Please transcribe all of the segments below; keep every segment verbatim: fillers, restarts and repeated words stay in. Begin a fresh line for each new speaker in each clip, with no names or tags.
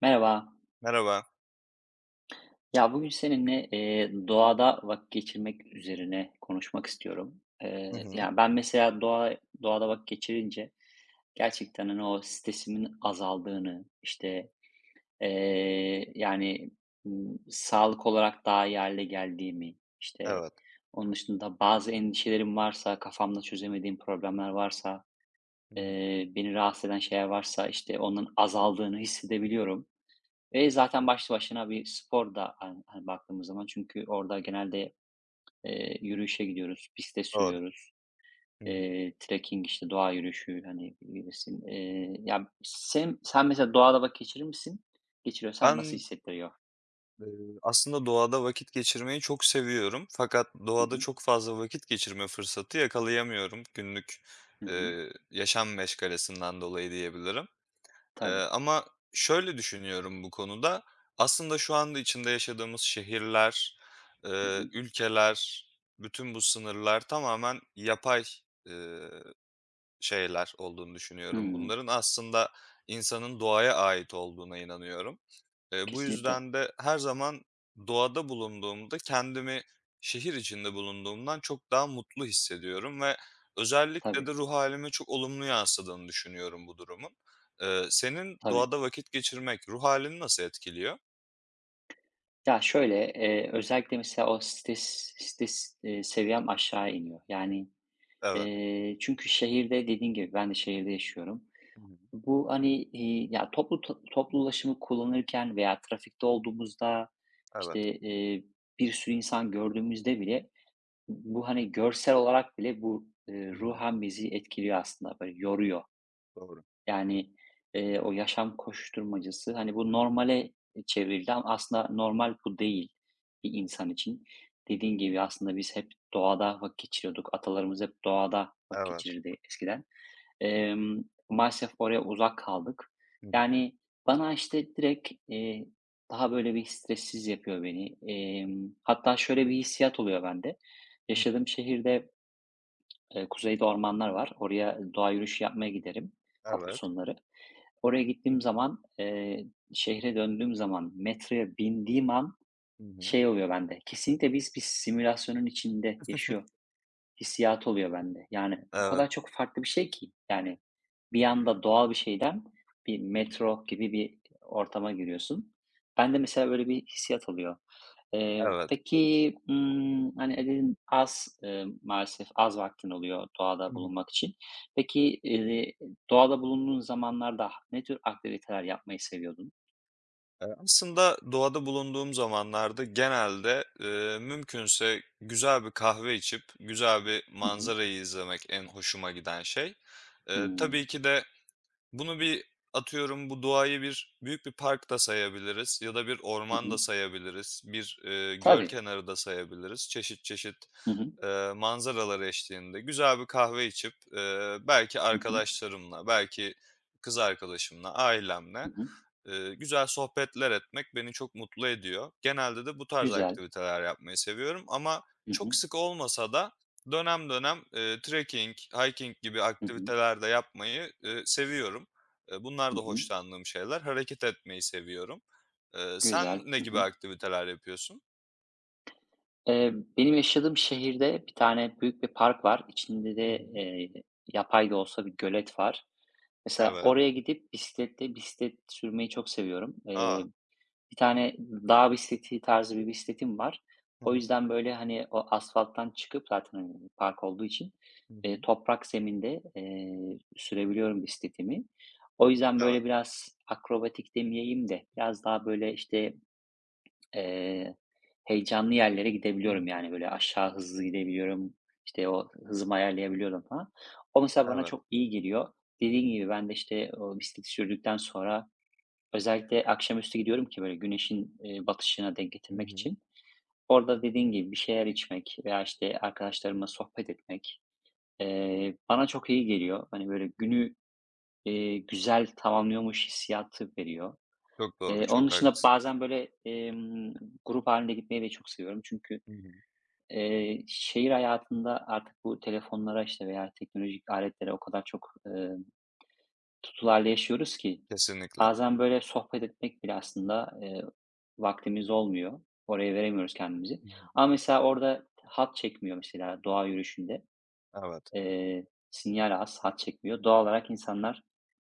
Merhaba.
Merhaba.
Ya bugün seninle eee, doğada vakit geçirmek üzerine konuşmak istiyorum.
Hı
Eee
hı.
yani ben mesela doğa, doğada vakit geçirince gerçekten hani o stresimin azaldığını, işte eee, yani m, sağlık olarak daha iyi hale geldiğimi, işte
Evet.
onun dışında bazı endişelerim varsa, kafamda çözemediğim problemler varsa,
Hı hı.
eee, beni rahatsız eden şeyler varsa işte onun azaldığını hissedebiliyorum. Eee, zaten başlı başına bir spor da hani hani baktığımız zaman çünkü orada genelde, eee, yürüyüşe gidiyoruz, piste
Doğru.
sürüyoruz.
Hı hı.
Eee, trekking, işte, doğa yürüyüşü, hani, bilirsin. Eee, ya, sen sen mesela doğada vakit geçirir misin? Geçiriyorsan nasıl
Ben,
hissettiriyor?
eee, aslında doğada vakit geçirmeyi çok seviyorum fakat
Hı
doğada
hı.
çok fazla vakit geçirme fırsatı yakalayamıyorum günlük,
Hı hı.
eee, yaşam meşgalesinden dolayı diyebilirim. Eee,
Tabii.
ama şöyle düşünüyorum bu konuda, aslında şu anda içinde yaşadığımız şehirler,
Hı
eee,
hı.
ülkeler, bütün bu sınırlar tamamen yapay, eee şeyler olduğunu düşünüyorum
Hımm.
bunların. Aslında insanın doğaya ait olduğuna inanıyorum. Eee, bu
Kesinlikle.
yüzden de her zaman doğada bulunduğumda kendimi şehir içinde bulunduğumdan çok daha mutlu hissediyorum ve özellikle de
Tabii,
ruh halime çok olumlu yansıdığını düşünüyorum bu durumun. Eee, senin
tabii.
doğada vakit geçirmek ruh halini nasıl etkiliyor?
Ya, şöyle, eee, özellikle mesela o stres stres, eee, seviyem aşağı iniyor. Yani,
Evet.
eee, çünkü şehirde dediğin gibi ben de şehirde yaşıyorum.
Hı hı.
Bu, hani, eee, ya, toplu toplu ulaşımı kullanırken veya trafikte olduğumuzda,
Evet.
işte, eee, bir sürü insan gördüğümüzde bile bu, hani, görsel olarak bile bu, eee,
Hı hı.
ruhen bizi etkiliyor aslında, böyle, yoruyor.
Doğru.
Yani, eee, o yaşam koşuşturmacası, hani, bu normale çevrildi ama aslında normal bu değil bir insan için. Dediğin gibi aslında biz hep doğada vakit geçiriyorduk. Atalarımız hep doğada vakit
Evet.
geçirirdi eskiden. Emm, Maalesef oraya uzak kaldık.
Hı hı.
Yani, bana, işte, direkt, eee, daha böyle bir stressiz yapıyor beni. Emm, hatta şöyle bir hissiyat oluyor bende. Yaşadığım şehirde, eee, kuzeyde ormanlar var. Oraya doğa yürüyüşü yapmaya giderim hafta
Evet.
sonları. Oraya gittiğim zaman, eee, şehre döndüğüm zaman metroya bindiğim an
Hı hı.
şey oluyor bende, kesinlikle biz bir simülasyonun içinde yaşıyor hissiyatı oluyor bende. Yani, o
Evet.
kadar çok farklı bir şey ki. Yani, bir anda doğal bir şeyden bir
Hı hı.
metro gibi bir ortama giriyorsun. Bende mesela böyle bir hissiyat oluyor. Eee,
Evet.
peki, ımm, hani, e, dedin az, eee, maalesef az vaktin oluyor doğada bulunmak için. Peki, eee, doğada bulunduğun zamanlarda ne tür aktiviteler yapmayı seviyordun?
Eee, aslında doğada bulunduğum zamanlarda genelde, eee, mümkünse güzel bir kahve içip güzel bir
Hı hı.
manzarayı izlemek en hoşuma giden şey. Eee,
Hımm.
tabii ki de bunu bir atıyorum bu doğayı bir büyük bir park da sayabiliriz ya da bir
Hı
orman da
hı.
sayabiliriz, bir, eee, göl
Tabii.
kenarı da sayabiliriz. Çeşit çeşit,
Hı hı.
eee, manzaralar eşliğinde güzel bir kahve içip, eee, belki
Hı hı.
arkadaşlarımla, belki kız arkadaşımla,
Hı
ailemle
hı.
Eee, güzel sohbetler etmek beni çok mutlu ediyor. Genelde de bu tarz
Güzel.
aktiviteler yapmayı seviyorum ama
Hı
çok
hı.
sık olmasa da dönem dönem, eee, trekking, hiking gibi
Hı hı.
aktiviteler de yapmayı, eee, seviyorum. Eee, bunlar
Hı
da
hı.
hoşlandığım şeyler. Hareket etmeyi seviyorum. Eee, sen
Güzel.
ne
Hı
gibi
hı.
aktiviteler yapıyorsun?
Eee, benim yaşadığım şehirde bir tane büyük bir park var. İçinde
Hı
de,
hı.
eee, yapay da olsa bir gölet var. Mesela
Evet.
oraya gidip bisikletle bisiklet sürmeyi çok seviyorum. Eee,
A!
bir tane dağ bisikleti tarzı bir bisikletim var.
Hı
O
hı.
yüzden, böyle, hani, o asfalttan çıkıp zaten, hani, park olduğu için,
Hı
eee,
hı.
toprak zeminde, eee, sürebiliyorum bisikletimi. O yüzden,
Evet.
böyle, biraz akrobatik demeyeyim de biraz daha, böyle, işte, Eee, heyecanlı yerlere gidebiliyorum,
Hımm.
yani, böyle, aşağı hızlı gidebiliyorum, işte, o hızımı ayarlayabiliyorum falan. O mesela bana
Evet.
çok iyi geliyor. Dediğin gibi ben de, işte, o bisikleti sürdükten sonra özellikle akşamüstü gidiyorum ki böyle güneşin, eee, batışına denk
Hı
getirmek
hı.
için. Orada dediğin gibi bir şeyler içmek veya, işte, arkadaşlarımla sohbet etmek, eee, bana çok iyi geliyor. Hani, böyle günü, eee, güzel tamamlıyormuş hissiyatı veriyor.
Çok doğru,
Eee, onun
çok
dışında
haklısın.
bazen, böyle, emm, grup hâlinde gitmeyi de çok seviyorum. Çünkü,
Hı hı.
eee, şehir hayatında artık bu telefonlara, işte, veya teknolojik aletlere o kadar çok, eee, tutul yaşıyoruz ki
Kesinlikle.
bazen, böyle, sohbet etmek bile aslında, eee, vaktimiz olmuyor. Oraya veremiyoruz kendimizi.
Hı hı.
Ama mesela orada hat çekmiyor mesela doğa yürüyüşünde.
Evet.
Eee, sinyal az, hat çekmiyor. Doğal olarak insanlar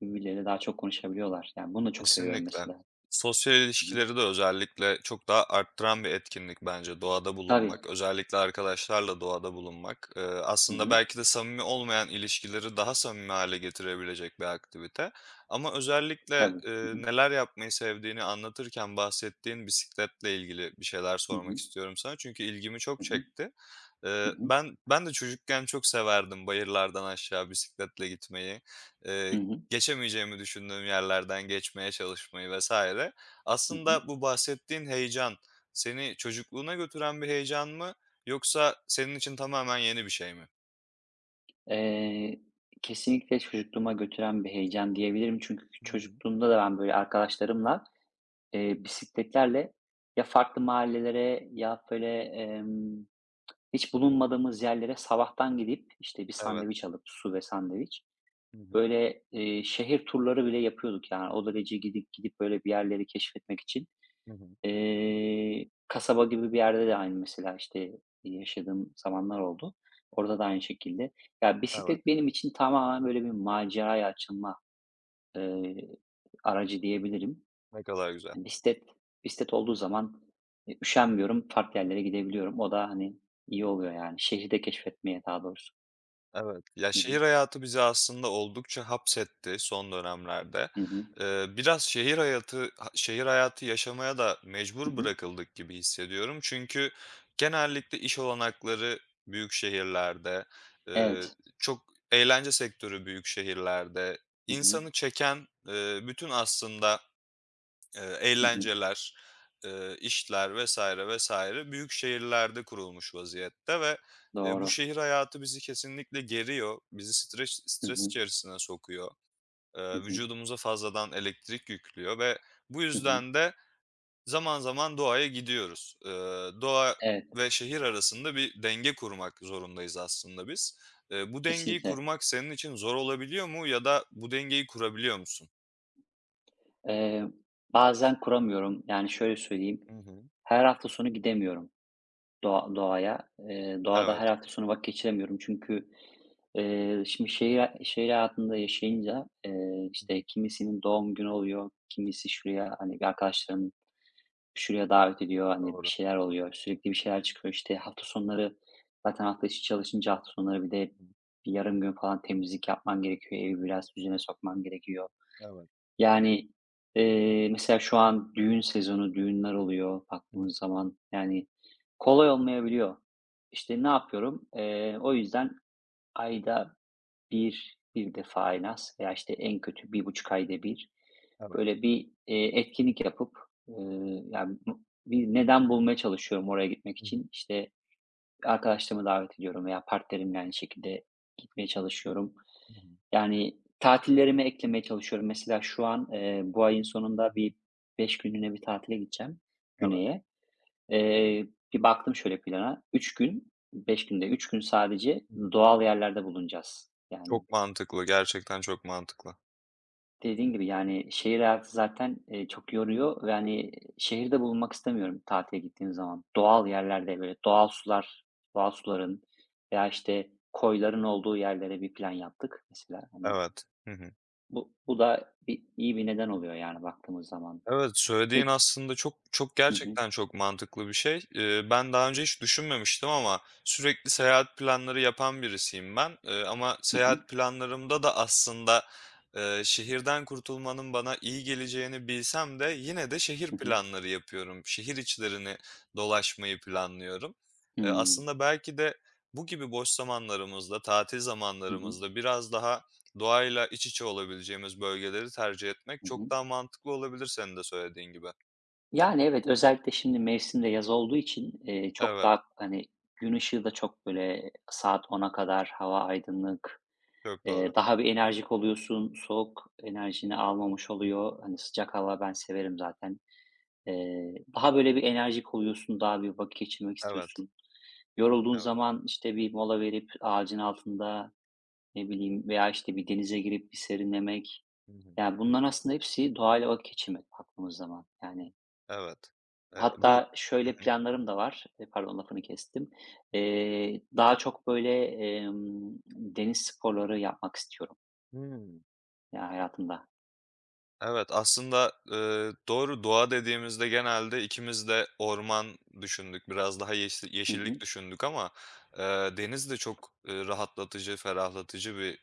birbirleriyle daha çok konuşabiliyorlar. Yani, bunu da çok seviyorum
Kesinlikle.
mesela.
Sosyal
Hı hı.
ilişkileri de özellikle çok daha arttıran bir etkinlik bence doğada
Tabii.
bulunmak. Özellikle arkadaşlarla doğada bulunmak. Eee,
Hı
aslında
hı.
belki de samimi olmayan ilişkileri daha samimi hale getirebilecek bir aktivite ama özellikle,
Tabii.
eee,
Hı hı.
neler yapmayı sevdiğini anlatırken bahsettiğin bisikletle ilgili bir şeyler
Hı
sormak
hı.
istiyorum sana çünkü ilgimi çok
Hı hı.
çekti.
Hı
Eee,
hı.
ben ben de çocukken çok severdim bayırlardan aşağı bisikletle gitmeyi.
Hı
Eee
hı.
Geçemeyeceğimi düşündüğüm yerlerden geçmeye çalışmayı vesaire.
Hı hı.
Aslında bu bahsettiğin heyecan seni çocukluğuna götüren bir heyecan mı yoksa senin için tamamen yeni bir şey mi?
Eee, Kesinlikle çocukluğuma götüren bir heyecan diyebilirim. Çünkü
Hı hı.
çocukluğumda da ben böyle arkadaşlarımla, eee, bisikletlerle ya farklı mahallelere ya böyle, emm, hiç bulunmadığımız yerlere sabahtan gidip, işte, bir
Evet.
sandviç alıp su ve sandviç,
Hı hı.
böyle, eee, şehir turları bile yapıyorduk. Yani o derece gidip gidip böyle bir yerleri keşfetmek için.
Hı hı.
Eee, kasaba gibi bir yerde de aynı mesela, işte, yaşadığım zamanlar oldu. Orada da aynı şekilde. Ya,
Evet.
bisiklet benim için tamamen böyle bir maceraya açılma, eee, aracı diyebilirim.
Ne kadar güzel.
Yani Bisiklet bisiklet olduğu zaman, eee, üşenmiyorum, farklı yerlere gidebiliyorum. O da, hani, iyi oluyor yani. Şehri de keşfetmeye daha doğrusu.
Evet. Ya,
Hı hı.
şehir hayatı bizi aslında oldukça hapsetti son dönemlerde.
Hı hı.
Eee, biraz şehir hayatı ha şehir hayatı yaşamaya da
Hı
mecbur
hı.
bırakıldık gibi hissediyorum. Çünkü genellikle iş olanakları büyük şehirlerde, eee,
Evet.
çok eğlence sektörü büyük şehirlerde,
Hı hı.
insanı çeken, eee, bütün aslında Eee,
Hı hı.
eğlenceler, eee, işler vesaire vesaire büyük şehirlerde kurulmuş vaziyette ve, eee, bu
Doğru.
şehir hayatı bizi kesinlikle geriyor. Bizi streç
Hı
stres
hı.
içerisine sokuyor.
Hı
Eee,
hı.
vücudumuza fazladan elektrik yüklüyor ve bu
Hı hı.
yüzden de zaman zaman doğaya gidiyoruz. Eee, doğa
Evet,
ve şehir arasında bir denge kurmak zorundayız aslında biz. Eee, bu dengeyi
kesinlikle.
kurmak senin için zor olabiliyor mu ya da bu dengeyi kurabiliyor musun?
Eee, Bazen kuramıyorum. Yani, şöyle söyleyeyim,
Hı hı.
her hafta sonu gidemiyorum doğa doğaya. Eee, doğada
Evet.
her hafta sonu vakit geçiremiyorum çünkü, eee, şimdi şehir şehir hayatında yaşayınca, eee,
Hı hı.
işte, kimisinin doğum günü oluyor, kimisi şuraya, hani, bir arkadaşlarım şuraya davet ediyor, hani, bir
Doğru.
şeyler oluyor, sürekli bir şeyler çıkıyor. İşte, hafta sonları zaten hafta içi çalışınca hafta sonları bir de
Hı hı.
bir yarım gün falan temizlik yapman gerekiyor, evi biraz düzene sokman gerekiyor.
Evet.
Yani, eee, mesela şu an düğün sezonu, düğünler oluyor
Hıı.
baktığımız zaman. Yani kolay olmayabiliyor. İşte, ne yapıyorum? Eee, o yüzden ayda bir bir defa en az veya, işte, en kötü bir buçuk ayda bir
Evet.
böyle bir, eee, etkinlik yapıp, ııı, yani, bu bir neden bulmaya çalışıyorum oraya gitmek
Hı hı.
için. İşte, arkadaşlarımı davet ediyorum veya partnerimle aynı şekilde gitmeye çalışıyorum.
Evet. Hı hı.
Yani, tatillerime eklemeye çalışıyorum. Mesela şu an, eee, bu ayın sonunda bir beş günlüğüne bir tatile gideceğim
Evet.
güneye. Eee, Bir baktım şöyle plana, üç gün, beş günde üç gün sadece
Hı hı.
doğal yerlerde bulunacağız. Yani,
Çok mantıklı, gerçekten çok mantıklı.
dediğin gibi, yani, şehir hayatı zaten, eee, çok yoruyor ve, hani, şehirde bulunmak istemiyorum tatile gittiğim zaman. Doğal yerlerde, böyle, doğal sular, doğal suların veya, işte, koyların olduğu yerlere bir plan yaptık mesela. Hani
Evet. Hı hı.
Bu bu da bir iyi bir neden oluyor yani baktığımız zaman.
Evet, söylediğin
Peki.
aslında çok çok
Hı hı.
gerçekten çok mantıklı bir şey. Eee, ben daha önce hiç düşünmemiştim ama sürekli seyahat planları yapan birisiyim ben. Eee, ama
Hı hı.
seyahat planlarımda da aslında, eee, şehirden kurtulmanın bana iyi geleceğini bilsem de yine de şehir
Hı hı.
planları yapıyorum. Şehir içlerini dolaşmayı planlıyorum. Eee,
Hımm.
aslında belki de bu gibi boş zamanlarımızda, tatil
Hı hı.
zamanlarımızda biraz daha doğayla iç içe olabileceğimiz bölgeleri tercih etmek
Hı
çok
hı.
daha mantıklı olabilir senin de söylediğin gibi.
Yani, evet, özellikle şimdi mevsim de yaz olduğu için, eee, çok
Evet,
daha, hani, gün ışığı da çok, böyle, saat ona kadar hava aydınlık,
çok doğru.
eee, daha bir enerjik oluyorsun. Soğuk enerjini almamış oluyor. Hani, sıcak hava ben severim zaten. Eee, daha, böyle, bir enerjik oluyorsun, daha bir vakit geçirmek
Evet,
istiyorsun. Yorulduğun
evet.
zaman, işte, bir mola verip ağacın altında ne bileyim veya işte bir denize girip bir serinlemek.
Hı hı.
Yani bunlar aslında hepsi doğayla vakit geçirmek baktığımız zaman. Yani
Evet. Eee, bu
hatta
Hı
şöyle
hı.
planlarım da var. E, pardon lafını kestim. Eee, daha çok böyle emm, deniz sporları yapmak istiyorum
Hıı.
ya hayatımda.
Evet, aslında, eee, doğru. Doğa dediğimizde genelde ikimiz de orman düşündük, biraz daha yeşil
Hı
yeşillik
hı.
düşündük ama, eee, deniz de çok, eee, rahatlatıcı, ferahlatıcı bir,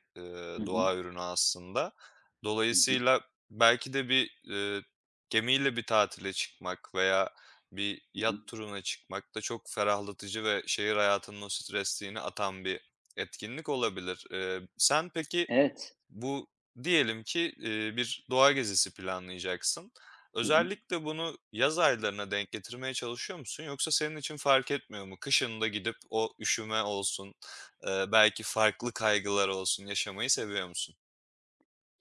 Hı
eee,
hı.
doğa ürünü aslında.
Hı hı.
Dolayısıyla belki de bir, eee, gemiyle bir tatile çıkmak veya bir
Hı
yat
hı.
turuna çıkmak da çok ferahlatıcı ve şehir hayatının o stresliğini atan bir etkinlik olabilir. Eee, sen peki
Evet.
bu diyelim ki, eee, bir doğa gezisi planlayacaksın.
Hı hı.
Özellikle bunu yaz aylarına denk getirmeye çalışıyor musun yoksa senin için fark etmiyor mu? Kışında gidip o üşüme olsun, eee, belki farklı kaygılar olsun yaşamayı seviyor musun?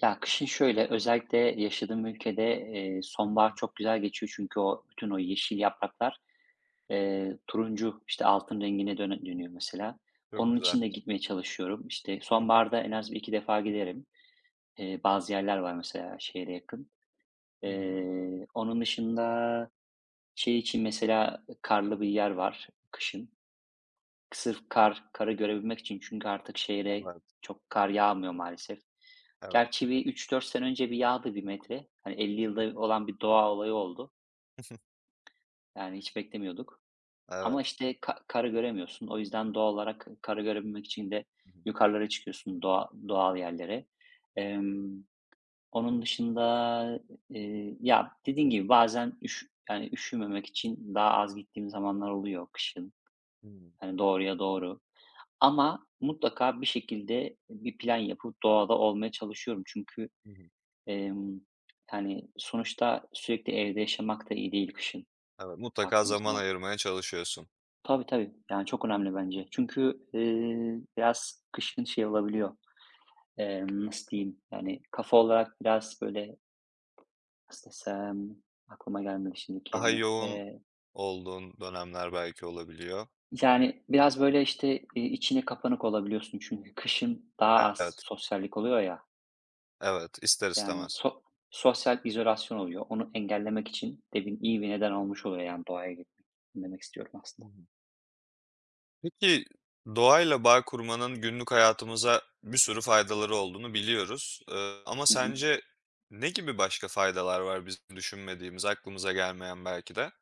Ya kışın şöyle özellikle yaşadığım ülkede, eee, sonbahar çok güzel geçiyor çünkü o bütün o yeşil yapraklar. Eee, turuncu, işte, altın rengine döne dönüyor mesela.
Çok
Onun
güzel.
için de gitmeye çalışıyorum. İşte,
Hı hı.
sonbaharda en az bir iki defa giderim. Eee, bazı yerler var mesela şehre yakın.
Hı hı.
Eee, onun dışında şey için mesela karlı bir yer var kışın. Sırf kar, karı görebilmek için çünkü artık şehre
Evet,
çok kar yağmıyor maalesef.
evet.
Gerçi bir üç dört sene önce bir yağdı bir metre. Hani elli yılda olan bir doğa olayı oldu. Yani hiç beklemiyorduk. Ama,
Evet.
işte, ka karı göremiyorsun. O yüzden doğal olarak karı görebilmek için de
Hı hı.
yukarılara çıkıyorsun doğa doğal yerlere. Emm, Onun dışında, eee, ya, dediğin gibi bazen üş yani, üşümemek için daha az gittiğim zamanlar oluyor kışın.
Hımm.
Hani, doğruya doğru ama mutlaka bir şekilde bir plan yapıp doğada olmaya çalışıyorum. Çünkü,
Hı hı. hı.
emm, yani, sonuçta sürekli evde yaşamak da iyi değil kışın
Evet, mutlaka
baktığımız
zaman
zaman.
ayırmaya çalışıyorsun.
Tabii, tabii. Yani, çok önemli bence. Çünkü, eee, biraz kışın şey olabiliyor, emm, nasıl diyeyim, yani, kafa olarak biraz böyle, nasıl desem, aklıma gelmedi şimdi
Daha
kelime.
yoğun
Eee,
olduğun dönemler belki olabiliyor.
yani, biraz böyle, işte, iii, içine kapanık olabiliyorsun çünkü kışın daha az
Evet,
sosyallik oluyor ya.
evet, ister
Yani,
istemez.
so sosyal izolasyon oluyor. Onu engellemek için de bin iyi bir neden olmuş oluyor, yani, doğaya gitmek. Bunu demek istiyorum
Hı
aslında.
hı. Peki, doğayla bağ kurmanın günlük hayatımıza bir sürü faydaları olduğunu biliyoruz. Eee, ama
Hı hı.
sence ne gibi başka faydalar var bizim düşünmediğimiz, aklımıza gelmeyen belki de?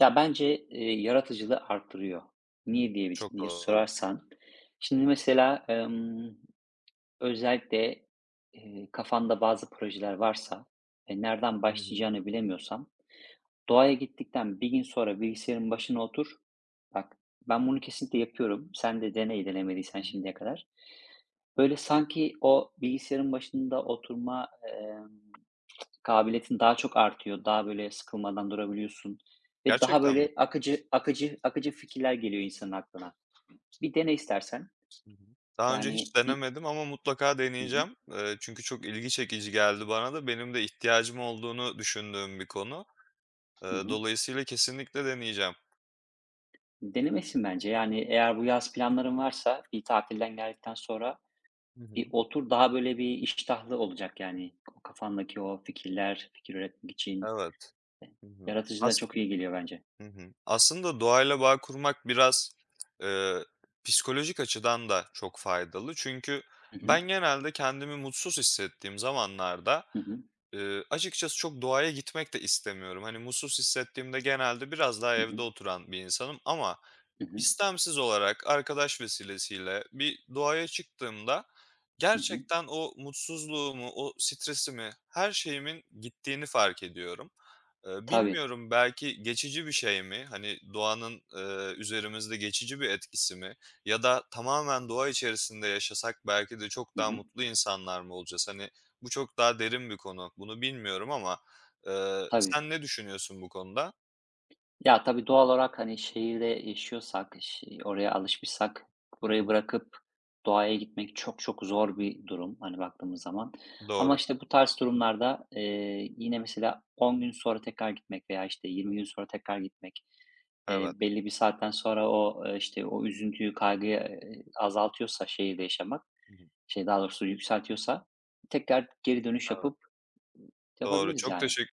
Ya, bence, eee, yaratıcılığı arttırıyor. Niye diye bir
Çok
diye
doğru.
sorarsan, şimdi mesela, emm, özellikle, eee, kafanda bazı projeler varsa ve nereden
Hı hı.
başlayacağını bilemiyorsam, doğaya gittikten bir gün sonra bilgisayarın başına otur. Bak, ben bunu kesinlikle yapıyorum. Sen de deney denemediysen
Hı hı.
şimdiye kadar. Böyle sanki o bilgisayarın başında oturma, emm kabiliyetin daha çok artıyor. Daha böyle sıkılmadan durabiliyorsun ve daha
Gerçekten mi?
böyle akıcı akıcı akıcı fikirler geliyor insanın aklına. Bir dene istersen.
Hı hı. Daha önce
Yani
hiç
bir.
denemedim ama mutlaka
Hı hı.
deneyeceğim. Eee, çünkü çok ilgi çekici geldi bana da. Benim de ihtiyacım olduğunu düşündüğüm bir konu. Eee,
Hı hı.
dolayısıyla kesinlikle deneyeceğim.
Denemesin bence. Yani eğer bu yaz planların varsa bir tatilden geldikten sonra
Hı
bir
hı.
otur daha böyle bir iştahlı olacak yani. O kafandaki o fikirler, fikir üretmek için
Evet.
e,
Hı hı.
yaratıcılığa
As
çok iyi geliyor bence.
Hı hı. Aslında doğayla bağ kurmak biraz, eee, psikolojik açıdan da çok faydalı. Çünkü
Hı hı.
ben genelde kendimi mutsuz hissettiğim zamanlarda,
Hı hı.
eee, açıkçası çok doğaya gitmek de istemiyorum. Hani, mutsuz hissettiğimde genelde biraz daha
Hı
evde
hı.
oturan bir insanım ama
Hı hı.
istemsiz olarak arkadaş vesilesiyle bir doğaya çıktığımda
Hı hı.
gerçekten o mutsuzluğumu, o stresimi, her şeyimin gittiğini fark ediyorum. Eee,
Tabii.
bilmiyorum belki geçici bir şey mi? Hani doğanın, eee, üzerimizde geçici bir etkisi mi? Ya da tamamen doğa içerisinde yaşasak belki de çok
Hı
daha
hı.
mutlu insanlar mı olacağız? Hani bu çok daha derin bir konu. Bunu bilmiyorum ama, eee,
Tabii.
sen ne düşünüyorsun bu konuda?
Ya, tabii doğal olarak, hani, şehirde yaşıyorsak, ş oraya alışmışsak
Hı
burayı
hı.
bırakıp doğaya gitmek çok çok zor bir durum, hani, baktığımız zaman. Ama,
Doğru.
işte, bu tarz durumlarda, eee, yine mesela on gün sonra tekrar gitmek veya, işte, yirmi gün sonra tekrar gitmek, eee,
Evet.
belli bir saatten sonra o, eee, işte, o üzüntüyü, kaygıyı, eee, azaltıyorsa şehirde yaşamak,
Hı hı.
şey, daha doğrusu yükseltiyorsa tekrar geri dönüş
Evet.
yapıp
Doğru.
yapabiliriz
Çok
yani.
teşekkür